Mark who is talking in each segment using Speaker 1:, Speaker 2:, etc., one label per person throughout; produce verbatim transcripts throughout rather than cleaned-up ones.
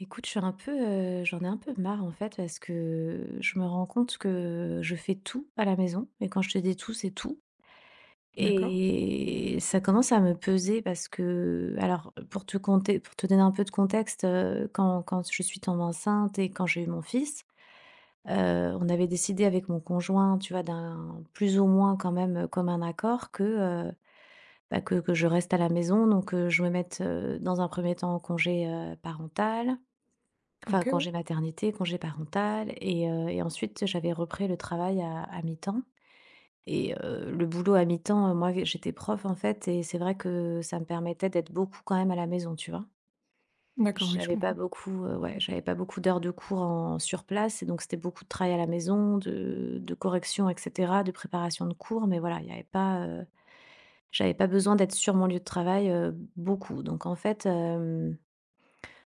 Speaker 1: Écoute, je suis un peu, heu, j'en ai un peu marre en fait parce que je me rends compte que je fais tout à la maison et quand je te dis tout, c'est tout.
Speaker 2: D'accord.
Speaker 1: Et ça commence à me peser parce que alors pour te conter pour te donner un peu de contexte, heu, quand quand je suis tombée enceinte et quand j'ai eu mon fils, heu, on avait décidé avec mon conjoint, tu vois, d'un plus ou moins quand même, euh, comme un accord que, heu, bah, que que je reste à la maison donc, heu, je me mette, heu, dans un premier temps en congé, heu, parental. Enfin,
Speaker 2: OK, ouais.
Speaker 1: congé maternité, congé parental et heu et ensuite j'avais repris le travail à à mi-temps. Et heu, le boulot à mi-temps, heu, moi, j'étais prof, en fait. Et c'est vrai que ça me permettait d'être beaucoup quand même à la maison, tu vois?
Speaker 2: D'accord, oui, je
Speaker 1: J'avais pas
Speaker 2: comprends.
Speaker 1: beaucoup, heu, ouais, j'avais pas beaucoup d'heures de cours en sur place. Et donc c'était beaucoup de travail à la maison, de de correction et cetera, de préparation de cours. Mais voilà, il y avait pas, heu, j'avais pas besoin d'être sur mon lieu de travail, heu, beaucoup donc en fait, euh,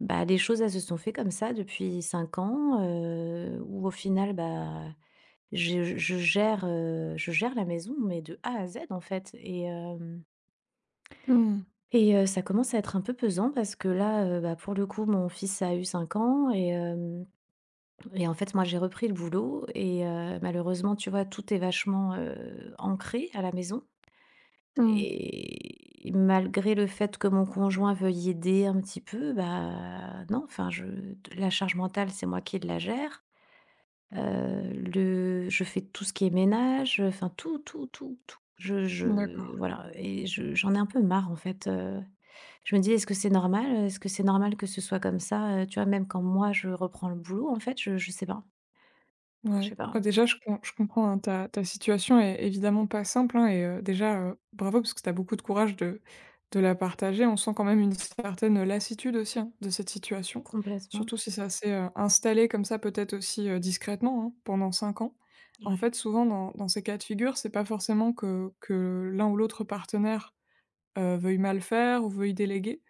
Speaker 1: bah, les choses, elles se sont fait comme ça depuis cinq ans, heu, où au final, bah, je je je gère, heu, je gère la maison, mais de A à Z, en fait. et hem
Speaker 2: Mmh mh.
Speaker 1: et heu, ça commence à être un peu pesant parce que là, heu, bah, pour le coup, mon fils a eu cinq ans. Et hem et en fait, moi, j'ai repris le boulot. Et heu, malheureusement, tu vois, tout est vachement, heu, ancré à la maison.
Speaker 2: Mmh.
Speaker 1: Et malgré le fait que mon conjoint veuille aider un petit peu, bah non, enfin, je la charge mentale, c'est moi qui la gère. Heu, le je fais tout ce qui est ménage, enfin tout, tout, tout, tout. Je
Speaker 2: D'accord,
Speaker 1: je voilà, et je j'en ai un peu marre en fait, heu, je me dis: «Est-ce que c'est normal, Est-ce que c'est normal que ce soit comme ça?» Heu, tu vois? Même quand moi je reprends le boulot en fait, je je sais pas. Je sais
Speaker 2: ouais. Bah,
Speaker 1: pas,
Speaker 2: déjà, je com je comprends, hein, ta ta situation est évidemment pas simple, hein et heu, déjà, heu, bravo parce que tu as beaucoup de courage de de la partager. On sent quand même une certaine lassitude aussi, hein, de cette situation.
Speaker 1: complètement.
Speaker 2: Surtout si ça s'est, heu, installé comme ça, peut-être aussi, heu, discrètement, hein, pendant cinq ans. En
Speaker 1: Ouais,
Speaker 2: fait, souvent dans dans ces cas de figure, c'est pas forcément que que l'un ou l'autre partenaire, heu, veuille mal faire ou veuille déléguer.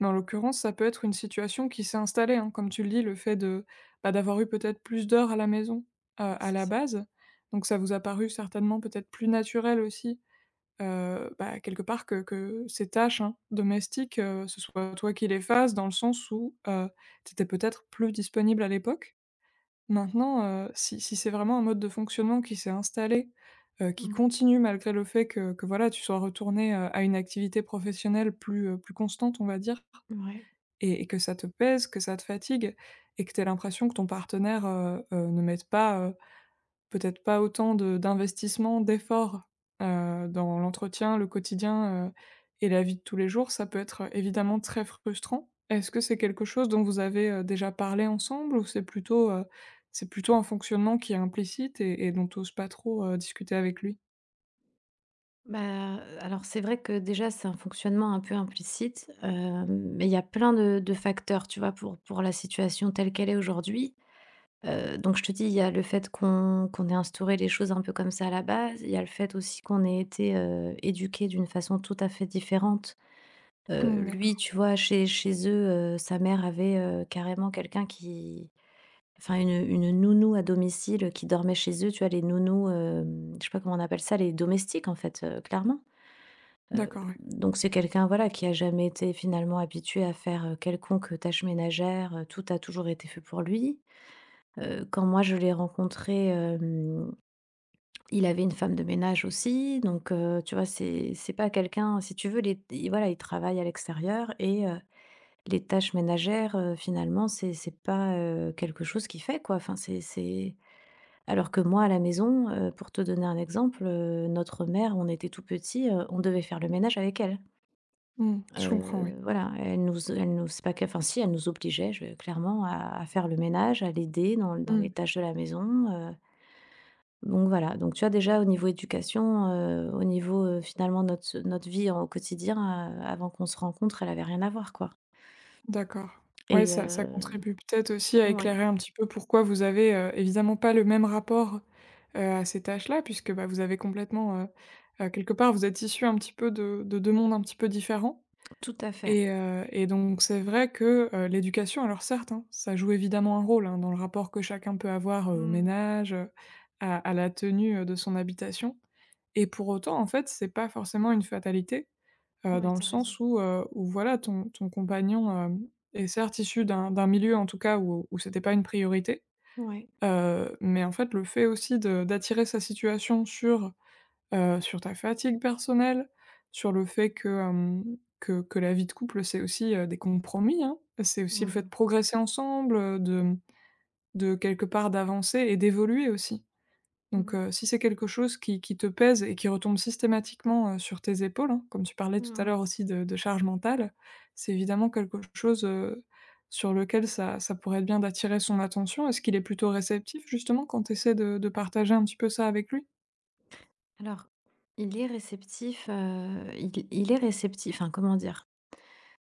Speaker 2: Mais en l'occurrence, ça peut être une situation qui s'est installée, hein, comme tu le dis, le fait de bah, d'avoir eu peut-être plus d'heures à la maison, heu,
Speaker 1: bah,
Speaker 2: à
Speaker 1: c'est
Speaker 2: la
Speaker 1: ça.
Speaker 2: base. Donc ça vous a paru certainement peut-être plus naturel aussi, heu, bah, quelque part que que ces tâches, hein, domestiques, heu, ce soit toi qui les fasses dans le sens où, heu, tu étais peut-être plus disponible à l'époque. Maintenant, heu, si si c'est vraiment un mode de fonctionnement qui s'est installé, heu, qui
Speaker 1: Mmh.
Speaker 2: continue malgré le fait que que voilà, tu sois retourné heu, à une activité professionnelle plus, heu, plus constante, on va dire
Speaker 1: Ouais.
Speaker 2: et et que ça te pèse, que ça te fatigue et que tu l'impression que ton partenaire, heu heu, ne mette pas, heu, peut-être pas autant de d'investissement, d'efforts, heu, dans l'entretien, le quotidien, heu et la vie de tous les jours, ça peut être, évidemment très frustrant. Est-ce que c'est quelque chose dont vous avez, heu, déjà parlé ensemble ou c'est plutôt, heu, c'est plutôt un fonctionnement qui est implicite et et dont tu oses pas trop, heu, discuter avec lui?
Speaker 1: Bah, alors c'est vrai que déjà c'est un fonctionnement un peu implicite, heu, mais il y a plein de de facteurs, tu vois? Pour pour la situation telle qu'elle est aujourd'hui. Heu, donc je te dis, il y a le fait qu'on qu'on ait instauré les choses un peu comme ça à la base. Il y a le fait aussi qu'on ait été, heu, éduqués d'une façon tout à fait différente. Heu,
Speaker 2: Mmh,
Speaker 1: lui,
Speaker 2: d'accord.
Speaker 1: tu vois, chez chez eux, heu, sa mère avait, heu, carrément quelqu'un qui enfin une une nounou à domicile qui dormait chez eux, tu vois? Les nounous, hem, je sais pas comment on appelle ça, les domestiques en fait, heu, clairement. Heu,
Speaker 2: D'accord, oui.
Speaker 1: donc c'est quelqu'un, voilà, qui a jamais été finalement habitué à faire, heu, quelconque tâche ménagère, heu, tout a toujours été fait pour lui. Heu, quand moi je l'ai rencontré, hem, il avait une femme de ménage aussi donc heu, tu vois? C'est c'est pas quelqu'un si tu veux les il voilà, il travaille à l'extérieur et heu, les tâches ménagères, heu, finalement c'est c'est pas, heu, quelque chose qu'il fait, quoi. Enfin, c'est c'est alors que moi à la maison, heu, pour te donner un exemple, heu, notre mère, on était tout petits, heu, on devait faire le ménage avec elle.
Speaker 2: Je comprends, oui.
Speaker 1: Heu, voilà, elle nous elle nous c'est pas que enfin si, elle nous obligeait je clairement à à faire le ménage, à l'aider dans dans les
Speaker 2: Mmh.
Speaker 1: tâches de la maison, heu, donc voilà. Donc tu as déjà au niveau éducation, heu, au niveau, heu, finalement notre notre vie en- au quotidien, heu, avant qu'on se rencontre, elle avait rien à voir, quoi.
Speaker 2: D'accord. Ouais,
Speaker 1: Et
Speaker 2: ça ça
Speaker 1: heu
Speaker 2: contribue peut-être aussi à
Speaker 1: oui,
Speaker 2: éclairer un petit peu pourquoi vous avez, heu, évidemment pas le même rapport, heu, à ces tâches-là puisque, bah, vous avez complètement, heu heu, quelque part vous êtes issus un petit peu de de deux mondes un petit peu différents
Speaker 1: tout à fait.
Speaker 2: et heu et donc c'est vrai que, heu, l'éducation alors certes, hein, ça joue évidemment un rôle, hein, dans le rapport que chacun peut avoir, heu, au
Speaker 1: Mmh.
Speaker 2: ménage, heu, à à la tenue, heu, de son habitation et pour autant, en fait, c'est pas forcément une fatalité. Heu,
Speaker 1: Oui,
Speaker 2: dans
Speaker 1: tu
Speaker 2: le
Speaker 1: as raison.
Speaker 2: sens où, heu, où voilà ton ton compagnon, hem, est certes issu d'un d'un milieu en tout cas où où c'était pas une priorité,
Speaker 1: Oui.
Speaker 2: heu, mais en fait le fait aussi de d'attirer sa situation sur, heu, sur ta fatigue personnelle, sur le fait que, hem, que que la vie de couple c'est aussi, heu, des compromis, hein. C'est aussi le fait de
Speaker 1: Mmh.
Speaker 2: progresser ensemble, heu, de de quelque part d'avancer et d'évoluer aussi.
Speaker 1: Mmh.
Speaker 2: Donc heu, si c'est quelque chose qui qui te pèse et qui retombe systématiquement, heu, sur tes épaules, hein, comme tu parlais tout à
Speaker 1: Mmh.
Speaker 2: l'heure aussi de de charge mentale, c'est évidemment quelque chose, heu, sur lequel ça ça pourrait être bien d'attirer son attention. Est-ce qu'il est plutôt réceptif justement quand tu essaies de de partager un petit peu ça avec lui?
Speaker 1: Alors, il est réceptif, heu, il il est réceptif, enfin comment dire?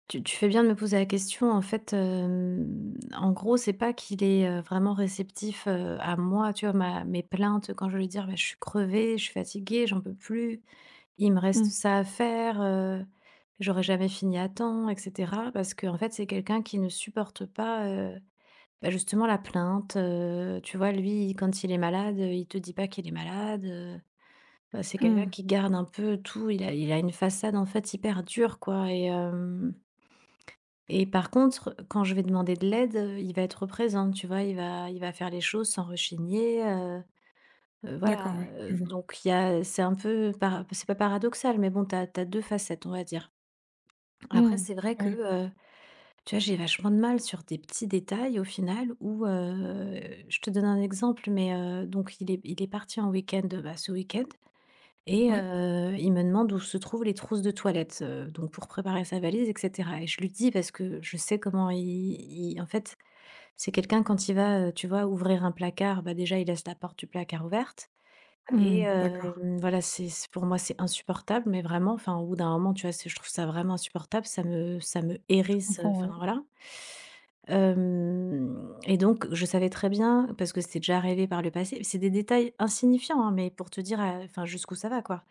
Speaker 1: Tu tu fais bien de me poser la question. En fait, hem, en gros, c'est pas qu'il est, heu, vraiment réceptif, heu, à moi, tu vois? Ma mes plaintes quand je lui dire: «Bah, je suis crevée, je suis fatiguée, j'en peux plus, il me reste
Speaker 2: Mmh.
Speaker 1: ça à faire, heu, j'aurais jamais fini à temps» et cetera. Parce qu'en fait, c'est quelqu'un qui ne supporte pas, heu, bah, justement la plainte, heu, tu vois? Lui, quand il est malade, il te dit pas qu'il est malade, heu, heu, c'est quelqu'un
Speaker 2: Mmh.
Speaker 1: qui garde un peu tout. Il a il a une façade, en fait, hyper dure, quoi. Et euh, et par contre, quand je vais demander de l'aide, heu, il va être présent, tu vois? Il va il va faire les choses sans rechigner. Heu heu,
Speaker 2: D'accord,
Speaker 1: voilà,
Speaker 2: oui,
Speaker 1: heu,
Speaker 2: je vois.
Speaker 1: donc il y a c'est un peu para c'est pas paradoxal, mais bon, t'as, t'as deux facettes, on va dire. Après,
Speaker 2: Mmh.
Speaker 1: c'est vrai que,
Speaker 2: Oui.
Speaker 1: heu, tu vois, j'ai vachement de mal sur des petits détails au final où, heu, je te donne un exemple, mais heu, donc il est il est parti en week-end, bah, ce week-end. Et
Speaker 2: Ouais.
Speaker 1: heu, il me demande où se trouvent les trousses de toilette, heu, donc pour préparer sa valise et cetera. Et je lui dis parce que je sais comment il il en fait, c'est quelqu'un quand il va, heu, tu vois, ouvrir un placard, bah, déjà, il laisse la porte du placard ouverte. Et
Speaker 2: Mmh. D'accord,
Speaker 1: hem, voilà, c'est c'est pour moi, c'est insupportable, mais vraiment, enfin, au bout d'un moment, tu vois, c'est je trouve ça vraiment insupportable, ça me ça me
Speaker 2: je
Speaker 1: hérisse, heu,
Speaker 2: comprends,
Speaker 1: enfin,
Speaker 2: ouais.
Speaker 1: voilà. Hem et donc je savais très bien, parce que c'était déjà arrivé par le passé, c'est des détails insignifiants, hein, mais pour te dire, heu, enfin, jusqu'où ça va, quoi.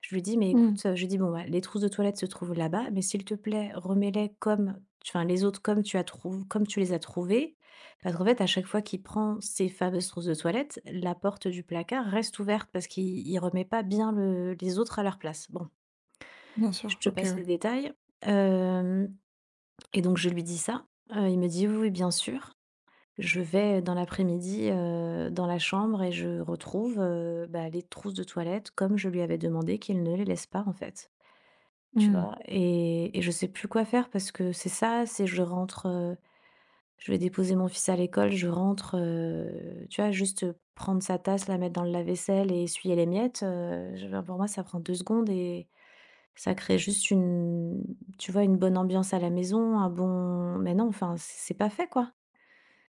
Speaker 1: Je lui dis: «Mais
Speaker 2: Mmh.
Speaker 1: écoute», heu, je lui dis: «Bon, bah, les trousses de toilette se trouvent là-bas, mais s'il te plaît, remets-les comme enfin, les autres comme tu as trouv comme tu les as trouvées parce qu'en fait, à chaque fois qu'il prend ses fameuses trousses de toilette, la porte du placard reste ouverte parce qu'il il remet pas bien le- les autres à leur place. Bon,
Speaker 2: Bien
Speaker 1: je
Speaker 2: sûr.
Speaker 1: te
Speaker 2: OK,
Speaker 1: passe les
Speaker 2: ouais.
Speaker 1: détails. Euh, et donc, je lui dis ça. Euh, il me dit oui, oui, bien sûr. Je vais dans l'après-midi euh, dans la chambre et je retrouve euh, bah, les trousses de toilette comme je lui avais demandé qu'il ne les laisse pas en fait. Tu
Speaker 2: Mmh.
Speaker 1: vois. Et, et je sais plus quoi faire parce que c'est ça, c'est je rentre. euh, Je vais déposer mon fils à l'école, je rentre, heu, tu vois, juste, heu, prendre sa tasse, la mettre dans le lave-vaisselle et essuyer les miettes, heu, je pour moi, ça prend deux secondes. Et ça crée juste une tu vois, une bonne ambiance à la maison, un bon mais non, enfin, c'est c'est pas fait, quoi.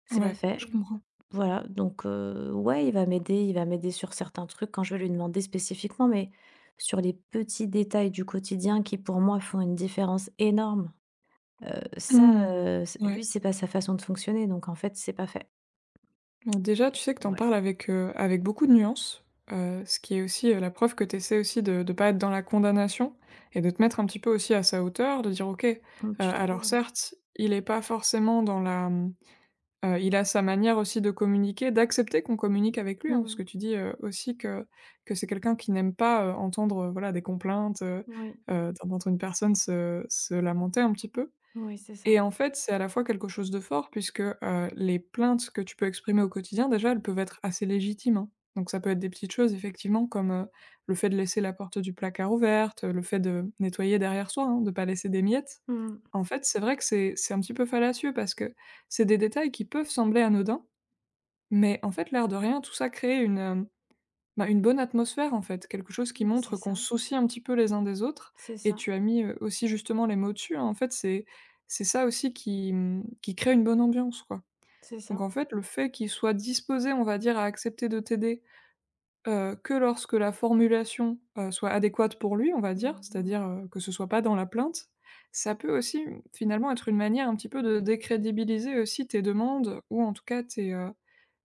Speaker 1: C'est pas
Speaker 2: Ouais,
Speaker 1: fait.
Speaker 2: je comprends.
Speaker 1: Voilà, donc heu, ouais, il va m'aider il va m'aider sur certains trucs quand je vais lui demander spécifiquement, mais sur les petits détails du quotidien qui, pour moi, font une différence énorme, euh, ça,
Speaker 2: Mmh.
Speaker 1: heu, c
Speaker 2: Ouais.
Speaker 1: lui, c'est pas sa façon de fonctionner, donc en fait, c'est pas fait.
Speaker 2: Bon, déjà, tu sais que t'en
Speaker 1: Ouais.
Speaker 2: parles avec, heu, avec beaucoup de nuances, heu, ce qui est aussi, heu, la preuve que t'essaies aussi de de pas être dans la condamnation et de te mettre un petit peu aussi à sa hauteur, de dire: «OK, heu,
Speaker 1: Mmh, tu
Speaker 2: alors
Speaker 1: trouves?
Speaker 2: certes, il est pas forcément dans la, mmh, il a sa manière aussi de communiquer», d'accepter qu'on communique avec lui, hein, parce
Speaker 1: Mmh.
Speaker 2: que tu dis, heu, aussi que que c'est quelqu'un qui n'aime pas, heu, entendre, heu, voilà, des complaintes, heu
Speaker 1: Oui,
Speaker 2: heu, d'entendre une personne se se lamenter un petit peu.
Speaker 1: oui, c'est ça.
Speaker 2: Et en fait, c'est à la fois quelque chose de fort puisque, heu, les plaintes que tu peux exprimer au quotidien, déjà, elles peuvent être assez légitimes, hein. Donc ça peut être des petites choses effectivement comme, heu, le fait de laisser la porte du placard ouverte, le fait de nettoyer derrière soi, hein, de pas laisser des miettes.
Speaker 1: Mmh.
Speaker 2: En fait, c'est vrai que c'est c'est un petit peu fallacieux parce que c'est des détails qui peuvent sembler anodins, mais en fait, l'air de rien, tout ça crée une, euh, bah, une bonne atmosphère, en fait, quelque chose qui
Speaker 1: Mais c'est
Speaker 2: montre qu'on
Speaker 1: ça,
Speaker 2: se soucie un petit peu les uns des autres
Speaker 1: c'est
Speaker 2: et
Speaker 1: ça,
Speaker 2: tu as mis, heu, aussi justement les mots dessus, hein, en fait, c'est c'est ça aussi qui, mmh, qui crée une bonne ambiance, quoi.
Speaker 1: c'est
Speaker 2: Donc
Speaker 1: ça.
Speaker 2: en fait, le fait qu'il soit disposé on va dire, à accepter de t'aider, heu, que lorsque la formulation, heu, soit adéquate pour lui, on va dire,
Speaker 1: Mmh mh,
Speaker 2: c'est-à-dire,
Speaker 1: mmh.
Speaker 2: heu, que ce soit pas dans la plainte, ça peut aussi, finalement, être une manière un petit peu de décrédibiliser aussi tes demandes ou en tout cas tes,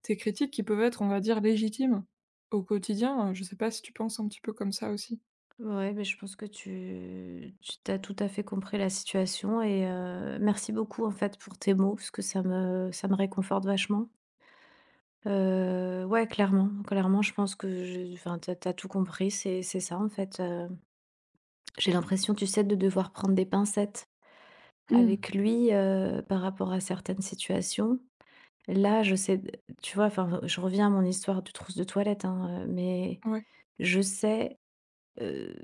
Speaker 2: tes critiques qui peuvent être, on va dire, légitimes au quotidien, heu, je sais pas si tu penses un petit peu comme ça aussi?
Speaker 1: Ouais, mais je pense que tu tu tu as tout à fait compris la situation. Et heu, merci beaucoup, en fait, pour tes mots, parce que ça me ça me réconforte vachement. Heu, ouais, clairement, clairement, je pense que je enfin, t'as as tout compris, c'est c'est ça, en fait, heu, j'ai l'impression, tu sais, de devoir prendre des pincettes
Speaker 2: Mmh.
Speaker 1: avec lui, heu, par rapport à certaines situations. Là, je sais. Tu vois, enfin, je reviens à mon histoire de trousse de toilette, hein, heu, mais
Speaker 2: Ouais,
Speaker 1: je sais, heu,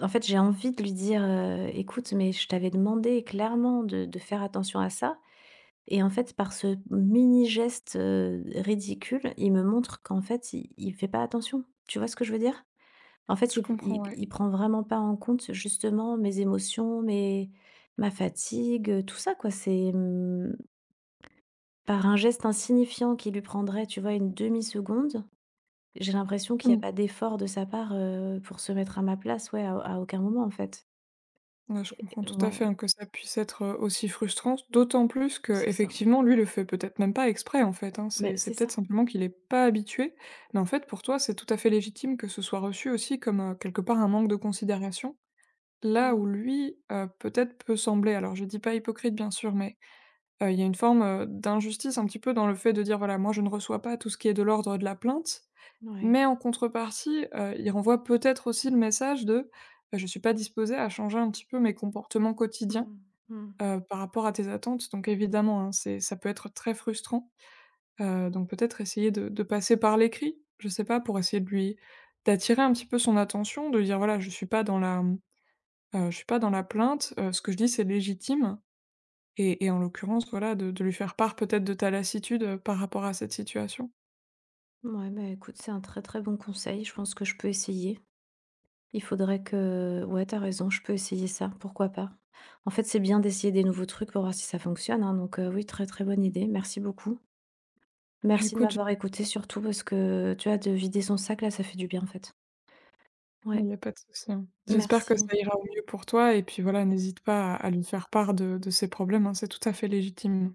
Speaker 1: en fait, j'ai envie de lui dire, heu: «Écoute, mais je t'avais demandé clairement de de faire attention à ça». Et en fait, par ce mini geste, heu, ridicule, il me montre qu'en fait, il il fait pas attention. Tu vois ce que je veux dire? En fait,
Speaker 2: je
Speaker 1: il
Speaker 2: comprends,
Speaker 1: il
Speaker 2: ouais.
Speaker 1: il prend vraiment pas en compte justement mes émotions, mes ma fatigue, tout ça quoi. C'est, mmh par un geste insignifiant qui lui prendrait, tu vois, une demi seconde, j'ai l'impression qu'il n'y a
Speaker 2: Mmh.
Speaker 1: pas d'effort de sa part, heu, pour se mettre à ma place, ouais, à à aucun moment, en fait.
Speaker 2: Ouais, je
Speaker 1: Et
Speaker 2: comprends tout à fait,
Speaker 1: ouais,
Speaker 2: hein, que ça puisse être, heu, aussi frustrant, d'autant plus que,
Speaker 1: c'est ça.
Speaker 2: effectivement, lui, le fait peut-être même pas exprès, en fait, hein.
Speaker 1: Mais
Speaker 2: C'est
Speaker 1: c'est
Speaker 2: c'est peut-être
Speaker 1: ça.
Speaker 2: simplement qu'il est pas habitué, mais en fait, pour toi, c'est tout à fait légitime que ce soit reçu aussi comme, heu, quelque part, un manque de considération, là
Speaker 1: Mmh,
Speaker 2: où lui, heu, peut-être peut sembler, alors je dis pas hypocrite, bien sûr, mais Heu, il y a une forme, heu, d'injustice un petit peu dans le fait de dire: «Voilà, moi je ne reçois pas tout ce qui est de l'ordre de la plainte»,
Speaker 1: ouais.
Speaker 2: mais en contrepartie, heu, il renvoie peut-être aussi le message de, heu: «Je suis pas disposé à changer un petit peu mes comportements quotidiens,
Speaker 1: Mmh mh.
Speaker 2: heu, par rapport à tes attentes», donc évidemment, hein, c'est ça peut être très frustrant, heu, donc peut-être essayer de de passer par l'écrit, je sais pas, pour essayer de lui d'attirer un petit peu son attention, de dire: «Voilà, je suis pas dans la, mmh, je suis pas dans la plainte, heu, ce que je dis c'est légitime». Et et en l'occurrence, voilà, de de lui faire part peut-être de ta lassitude, heu, par rapport à cette situation.
Speaker 1: Mouais, beh, écoute, c'est un très, très bon conseil. Je pense que je peux essayer. Il faudrait que, ouais, t'as raison, je peux essayer ça, pourquoi pas. En fait, c'est bien d'essayer des nouveaux trucs pour voir si ça fonctionne, hein, donc heu, oui, très, très bonne idée. Merci beaucoup. Merci de
Speaker 2: Écoute, j
Speaker 1: m'avoir écoutée surtout parce que, tu vois, de vider son sac, là, ça fait du bien, en fait.
Speaker 2: il
Speaker 1: Ouais,
Speaker 2: n'y a pas de souci, hein. J'espère que
Speaker 1: merci.
Speaker 2: ça ira au mieux pour toi et puis voilà, n'hésite pas à à lui faire part de de ces problèmes, hein, c'est tout à fait légitime.